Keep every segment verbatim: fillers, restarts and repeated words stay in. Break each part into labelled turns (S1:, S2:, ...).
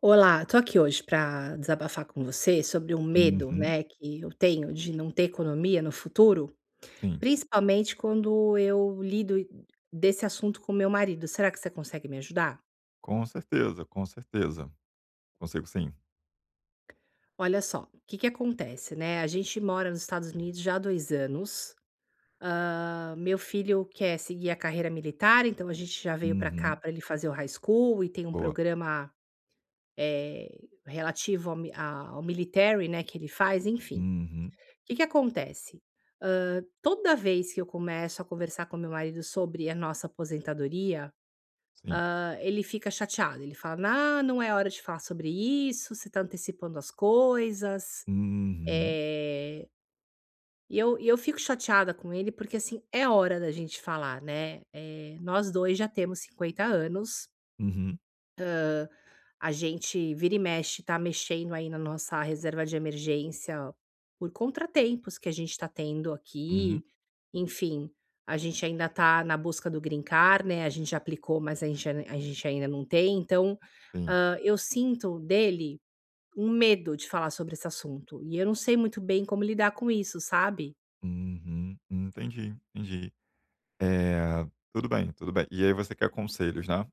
S1: Olá, tô aqui hoje para desabafar com você sobre um medo,
S2: Uhum.
S1: né, que eu tenho de não ter economia no futuro,
S2: Sim,
S1: principalmente quando eu lido desse assunto com meu marido. Será que você consegue me ajudar?
S2: com certeza, com certeza. Consigo sim.
S1: Olha só, o que que acontece, né? A gente mora nos Estados Unidos já há dois anos. Ah, meu filho quer seguir a carreira militar, então a gente já veio para cá
S2: Uhum.
S1: para ele fazer o high school e tem um
S2: Boa.
S1: programa eh, relativo ao, mi- a- ao military, né, que ele faz, enfim.
S2: Uhum.
S1: Que que acontece? Hã, toda vez que eu começo a conversar com meu marido sobre a nossa aposentadoria,
S2: Sim.
S1: hã, ele fica chateado, ele fala: "Ah, não é hora de falar sobre isso, você está antecipando as coisas".
S2: Uhum.
S1: Eh, e eu e eu fico chateada com ele, porque, assim, é hora da gente falar, né, eh, nós dois já temos cinquenta anos.
S2: Uhum.
S1: A gente vira e mexe, tá mexendo aí na nossa reserva de emergência por contratempos que a gente tá tendo
S2: Uhum.
S1: aqui. Enfim, a gente ainda tá na busca do green card, né, a gente já aplicou, mas a gente ai- a gente ainda não tem, então,
S2: Sim.
S1: hã, eu sinto dele um medo de falar sobre esse assunto, e eu não sei muito bem como lidar com isso, sabe?
S2: Uhum. Entendi, entendi. Eh, Tudo bem, tudo bem. E aí você quer conselhos, né,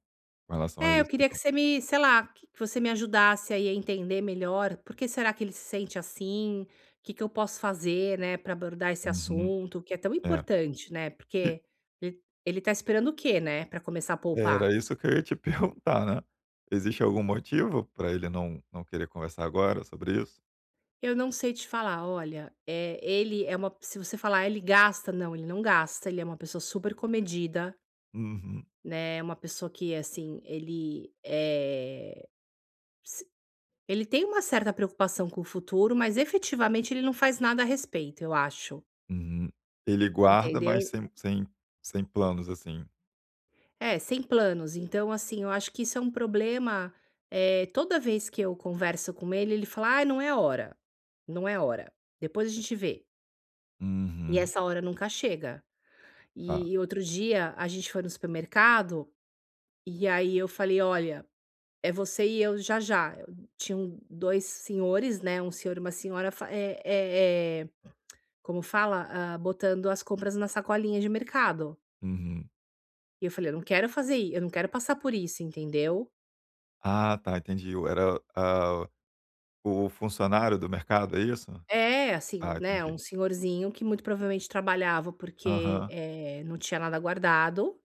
S2: com relação a
S1: É, eu
S2: isso
S1: queria que
S2: então.
S1: você me sei lá, que que você me ajudasse aí a entender melhor por que será que ele se sente assim. O que que eu posso fazer, né, para abordar esse
S2: Uhum.
S1: assunto que é tão
S2: É.
S1: importante, né,
S2: E
S1: porque ele ele tá esperando o quê, né, para começar a poupar?
S2: era isso que eu ia te perguntar, né. Existe algum motivo para ele não não querer conversar agora sobre isso?
S1: Eu não sei te falar, olha, eh, ele é uma se você falar: "Ele gasta", não, ele não gasta, ele é uma pessoa super comedida,
S2: Uhum.
S1: né, é uma pessoa que, assim, ele, é. Ele tem uma certa preocupação com o futuro, mas efetivamente ele não faz nada a respeito, eu acho,
S2: Uhum. Ele guarda, mas
S1: entendeu?
S2: sem sem sem planos, assim?
S1: É, sem planos. Então, assim, eu acho que isso é um problema. Eh, toda vez que eu converso com ele, ele fala: ah, não é hora, não é hora. Depois a gente vê. E
S2: Uhum,
S1: essa hora nunca chega.
S2: tá.
S1: E, e outro dia a gente foi no supermercado e aí eu falei: olha, é você e eu já já. Eu- Tinham dois senhores, né, um senhor e uma senhora fa é eh eh, como fala? Ah, botando as compras na sacolinha de mercado.
S2: Uhum.
S1: E eu falei: "Eu não quero fazer isso, eu não quero passar por isso", entendeu.
S2: Ah, tá, entendi. Eu era, ah, o funcionário do mercado, é isso?
S1: É, assim,
S2: Ah,
S1: né, um
S2: entendi.
S1: senhorzinho que muito provavelmente trabalhava porque,
S2: Aham.
S1: eh, não tinha nada guardado,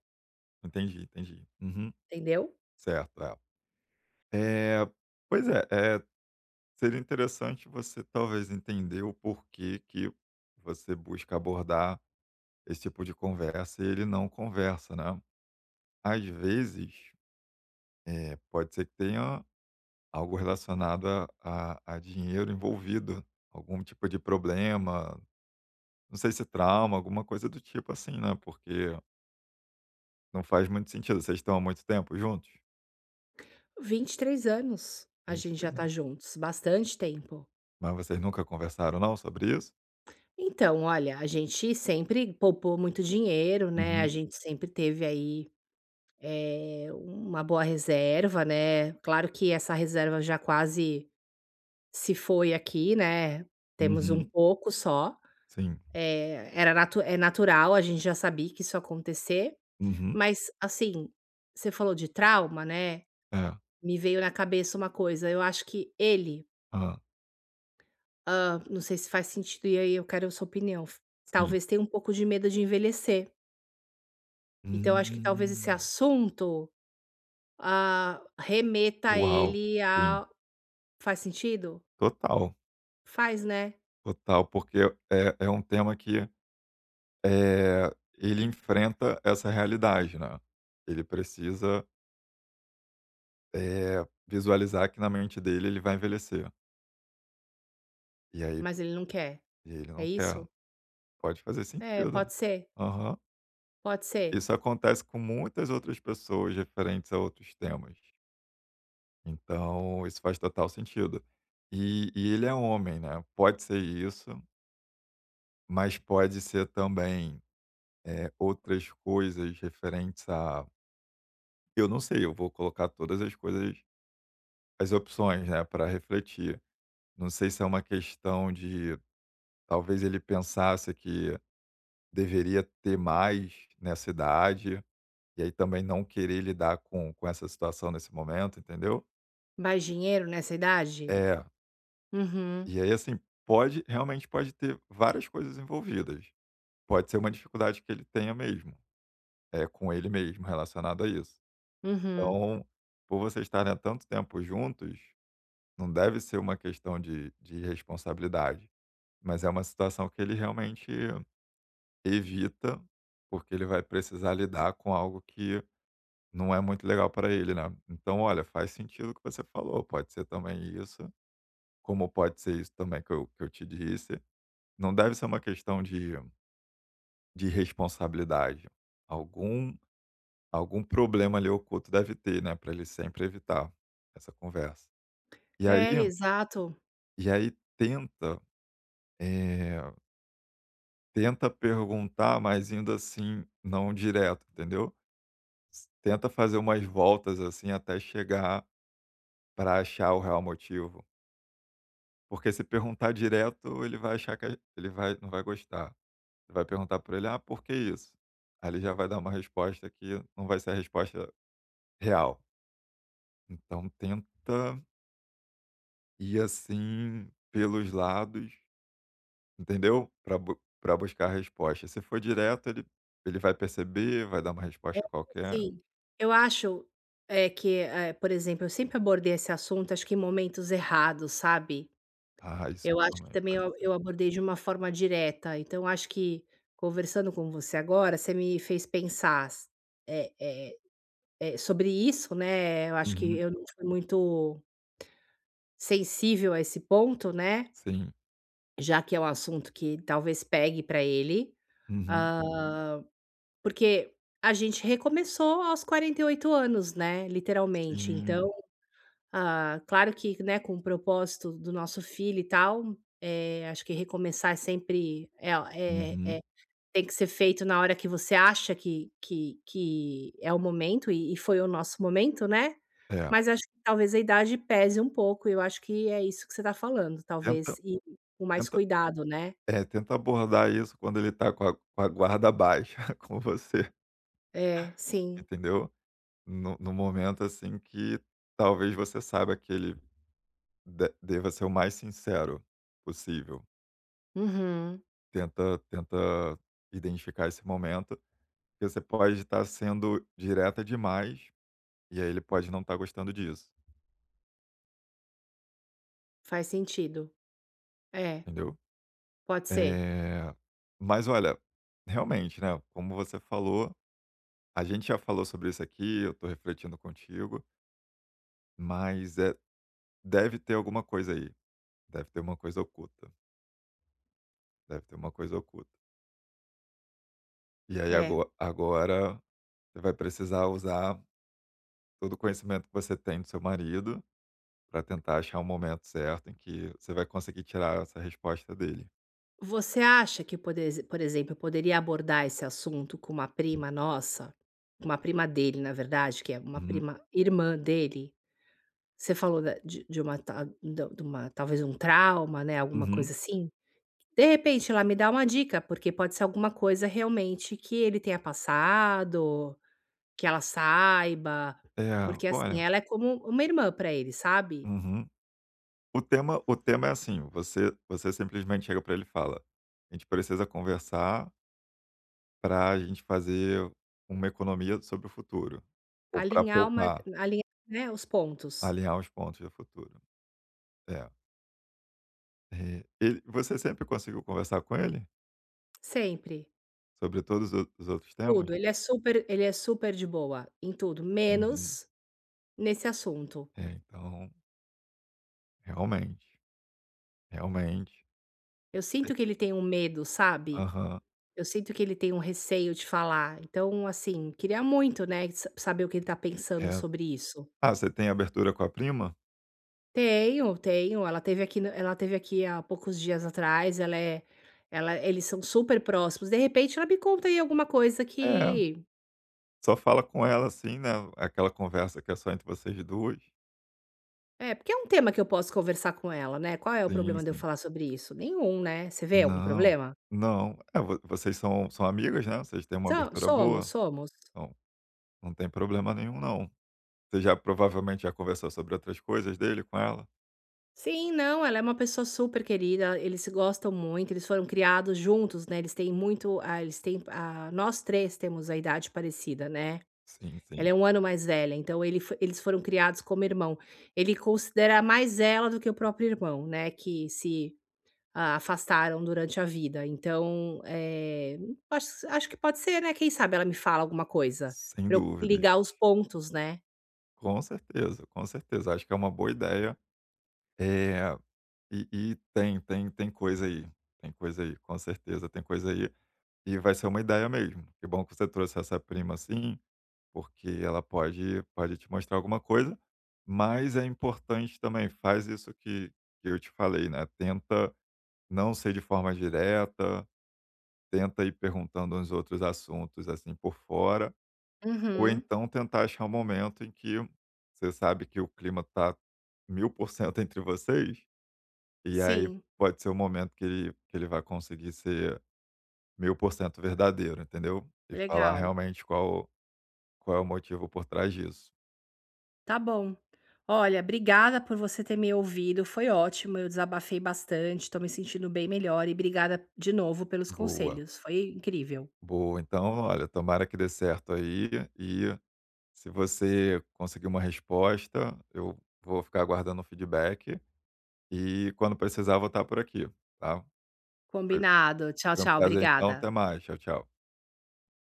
S2: Entendi, entendi. Uhum.
S1: entendeu.
S2: Certo, é. Eh, pois é, é seria interessante você talvez entender o porquê que você busca abordar esse tipo de conversa e ele não conversa, né. Às vezes, eh, pode ser que tenha algo relacionado a a a dinheiro envolvido, algum tipo de problema. Não sei se trauma, alguma coisa do tipo assim, né, porque não faz muito sentido. Vocês estão há muito tempo juntos?
S1: Vinte e três anos a gente já
S2: vinte e três
S1: tá
S2: anos.
S1: juntos, bastante tempo.
S2: Mas vocês nunca conversaram não sobre isso?
S1: Então, olha, a gente sempre poupou muito dinheiro, né, a
S2: Uhum,
S1: gente sempre teve aí é uma boa reserva, né, claro que essa reserva já quase se foi aqui, né, temos um
S2: uhum,
S1: pouco só,
S2: sim.
S1: eh, era natu é natural, a gente já sabia que isso ia acontecer,
S2: Uhum,
S1: mas assim, você falou de trauma, né,
S2: é.
S1: me veio na cabeça uma coisa, eu acho que ele,
S2: Hã,
S1: hã, não sei se faz sentido e aí eu quero a sua opinião,
S2: sim.
S1: talvez tenha um pouco de medo de envelhecer, então eu acho que talvez esse
S2: Hum.
S1: assunto, ah, remeta a
S2: Uau!
S1: ele
S2: Sim,
S1: a faz sentido?
S2: total,
S1: Faz, né,
S2: total, porque é é um tema que, eh, ele enfrenta essa realidade, né. Ele precisa, eh, visualizar que na mente dele ele vai envelhecer, e aí
S1: mas ele não quer.
S2: e ele
S1: É
S2: não quer.
S1: isso?
S2: Pode fazer
S1: É,
S2: sentido.
S1: pode ser,
S2: Aham.
S1: pode ser.
S2: Isso acontece com muitas outras pessoas referentes a outros temas. Então, isso faz total sentido. E, e ele é homem, né? Pode ser isso, mas pode ser também é, outras coisas referentes a. Eu não sei, eu vou colocar todas as coisas, as opções, né, para refletir. Não sei se é uma questão de. Talvez ele pensasse que deveria ter mais nessa idade, e aí também não querer lidar com com essa situação nesse momento, entendeu?
S1: Mais dinheiro nessa idade?
S2: É,
S1: Uhum,
S2: e aí assim, pode realmente pode ter várias coisas envolvidas. Pode ser uma dificuldade que ele tenha mesmo, é com ele mesmo relacionado a isso.
S1: uhum.
S2: Então, por vocês estarem há tanto tempo juntos, não deve ser uma questão de de responsabilidade, mas é uma situação que ele realmente evita, porque ele vai precisar lidar com algo que não é muito legal para ele, né. Então, olha, faz sentido o que você falou, pode ser também isso, como pode ser isso também que eu que eu te disse. Não deve ser uma questão de de responsabilidade. Algum algum problema ali oculto deve ter, né, para ele sempre evitar essa conversa. E
S1: É,
S2: aí
S1: exato.
S2: e aí tenta, eh, tenta perguntar, mas indo assim, não direto, entendeu. S Tenta fazer umas voltas, assim, até chegar para achar o real motivo. Porque se perguntar direto, ele vai achar que a ele vai não vai gostar. Você vai perguntar para ele: "Ah, por que isso?" Aí ele já vai dar uma resposta que não vai ser a resposta real. Então tenta ir, assim, pelos lados, entendeu? Para bu pra buscar a resposta. Se for direto, ele ele vai perceber, vai dar uma
S1: É,
S2: resposta qualquer.
S1: sim. Eu acho, é que, eh, por exemplo, eu sempre abordei esse assunto, acho que em momentos errados, sabe.
S2: Ah, isso
S1: Eu acho que
S2: também
S1: também
S2: pode
S1: eu
S2: ser.
S1: eu abordei de uma forma direta, então acho que conversando com você agora, você me fez pensar s eh eh eh, sobre isso, né, eu acho que
S2: Uhum.
S1: eu não fui muito sensível a esse ponto, né,
S2: Sim.
S1: já que é um assunto que talvez pegue para ele,
S2: Uhum.
S1: hã, porque a gente recomeçou aos quarenta e oito anos, né, literalmente.
S2: Sim.
S1: Então, ah, claro que, né, com o propósito do nosso filho e tal, eh, acho que recomeçar é sempre é é é
S2: Uhum.
S1: tem que ser feito na hora que você acha que que que é o momento e e foi o nosso momento, né.
S2: É.
S1: Mas acho que talvez a idade pese um pouco e eu acho que é isso que você está falando,
S2: Tenta
S1: talvez e com mais
S2: tenta
S1: cuidado, né.
S2: É, tenta abordar isso quando ele tá com a com a guarda baixa com você,
S1: É, sim.
S2: entendeu? No no momento, assim, que talvez você saiba que ele de deva ser o mais sincero possível.
S1: Uhum.
S2: Tenta tenta identificar esse momento, porque você pode estar sendo direta demais, e aí ele pode não estar gostando disso,
S1: Faz sentido. É,
S2: entendeu?
S1: pode ser.
S2: Eh, mas olha, realmente, né, como você falou, a gente já falou sobre isso aqui, eu tô refletindo contigo, mas é deve ter alguma coisa aí, deve ter uma coisa oculta, deve ter uma coisa oculta. E aí
S1: É.
S2: ago agora você vai precisar usar todo o conhecimento que você tem do seu marido para tentar achar um momento certo em que você vai conseguir tirar essa resposta dele.
S1: Você acha que, por exe por exemplo, eu poderia abordar esse assunto com uma prima nossa, uma prima dele, na verdade, que é uma
S2: Uhum,
S1: prima irmã dele? Você falou da de de uma ta da de uma talvez um trauma, né, alguma
S2: uhum.
S1: coisa assim. De repente, ela me dá uma dica, porque pode ser alguma coisa realmente que ele tenha passado, que ela saiba,
S2: É,
S1: porque, assim,
S2: olha
S1: ela é como uma irmã para ele, sabe.
S2: uhum. O tema o tema é assim, você você simplesmente chega para ele e fala: "A gente precisa conversar para a gente fazer uma economia sobre o futuro, ou para
S1: Alinhar uma
S2: poupar,
S1: alinhar, né, os pontos,
S2: alinhar os pontos do futuro". É. Eh, ele você sempre conseguiu conversar com ele?
S1: sempre,
S2: Sobre todos o os outros temas?
S1: tudo. Ele é super ele é super de boa em tudo,
S2: Uhum.
S1: menos nesse assunto.
S2: É, então, realmente, realmente.
S1: Eu sinto
S2: Tem
S1: que ele tem um medo, sabe.
S2: aham.
S1: Eu sinto que ele tem um receio de falar, então, assim, queria muito, né, sa saber o que ele tá pensando
S2: É.
S1: sobre isso.
S2: Ah, você tem abertura com a prima?
S1: Tenho, tenho, ela teve aqui na ela teve aqui há poucos dias atrás, ela é ela eles são super próximos, de repente ela me conta aí alguma coisa
S2: É,
S1: que
S2: só fala com ela, assim, né, aquela conversa que é só entre vocês dois.
S1: é, porque é um tema que eu posso conversar com ela, né, qual é o
S2: Sim,
S1: problema de eu
S2: sim.
S1: falar sobre isso? Nenhum, né, você vê algum
S2: Não,
S1: problema?
S2: não. É, vo vocês são são amigas, né, vocês têm uma
S1: So
S2: abertura
S1: somos,
S2: boa,
S1: somos.
S2: então não tem problema nenhum não. Você já provavelmente já conversou sobre outras coisas dele com ela?
S1: Sim, não, ela é uma pessoa super querida, eles se gostam muito, eles foram criados juntos, né, eles têm muito ah, eles têm ah, nós três temos a idade parecida, né.
S2: Sim, sim.
S1: Ela é um ano mais velha, então ele fo eles foram criados como irmão. Ele considera mais ela do que o próprio irmão, né, que se, ah, afastaram durante a vida. Então, eh, acho acho que pode ser, né, quem sabe ela me fala alguma coisa,
S2: Sem
S1: pra eu
S2: dúvida.
S1: ligar os pontos, né.
S2: Com certeza, com certeza. Acho que é uma boa ideia. É e e tem tem tem coisa aí, tem coisa aí, com certeza tem coisa aí. E vai ser uma ideia mesmo. Que bom que você trouxe essa prima assim, porque ela pode pode te mostrar alguma coisa, mas é importante também, faz isso que que eu te falei, né, tenta não ser de forma direta, tenta ir perguntando uns outros assuntos, assim, por fora. Ou
S1: Uhum.
S2: então tentar achar um momento em que você sabe que o clima tá mil por cento entre vocês, e aí
S1: Sim,
S2: pode ser o momento que ele que ele vai conseguir ser mil por cento verdadeiro, entendeu? E falar
S1: legal.
S2: realmente qual qual é o motivo por trás disso.
S1: Tá bom. Olha, obrigada por você ter me ouvido, foi ótimo, eu desabafei bastante, tô me sentindo bem melhor e obrigada de novo pelos
S2: Boa,
S1: conselhos, foi incrível.
S2: boa. Então, olha, tomara que dê certo aí e se você conseguir uma resposta, eu vou ficar aguardando o feedback e quando precisar vou estar por aqui, tá? Foi
S1: Combinado. Tchau,
S2: foi um
S1: tchau,
S2: prazer então,
S1: obrigada.
S2: até mais. Tchau, tchau.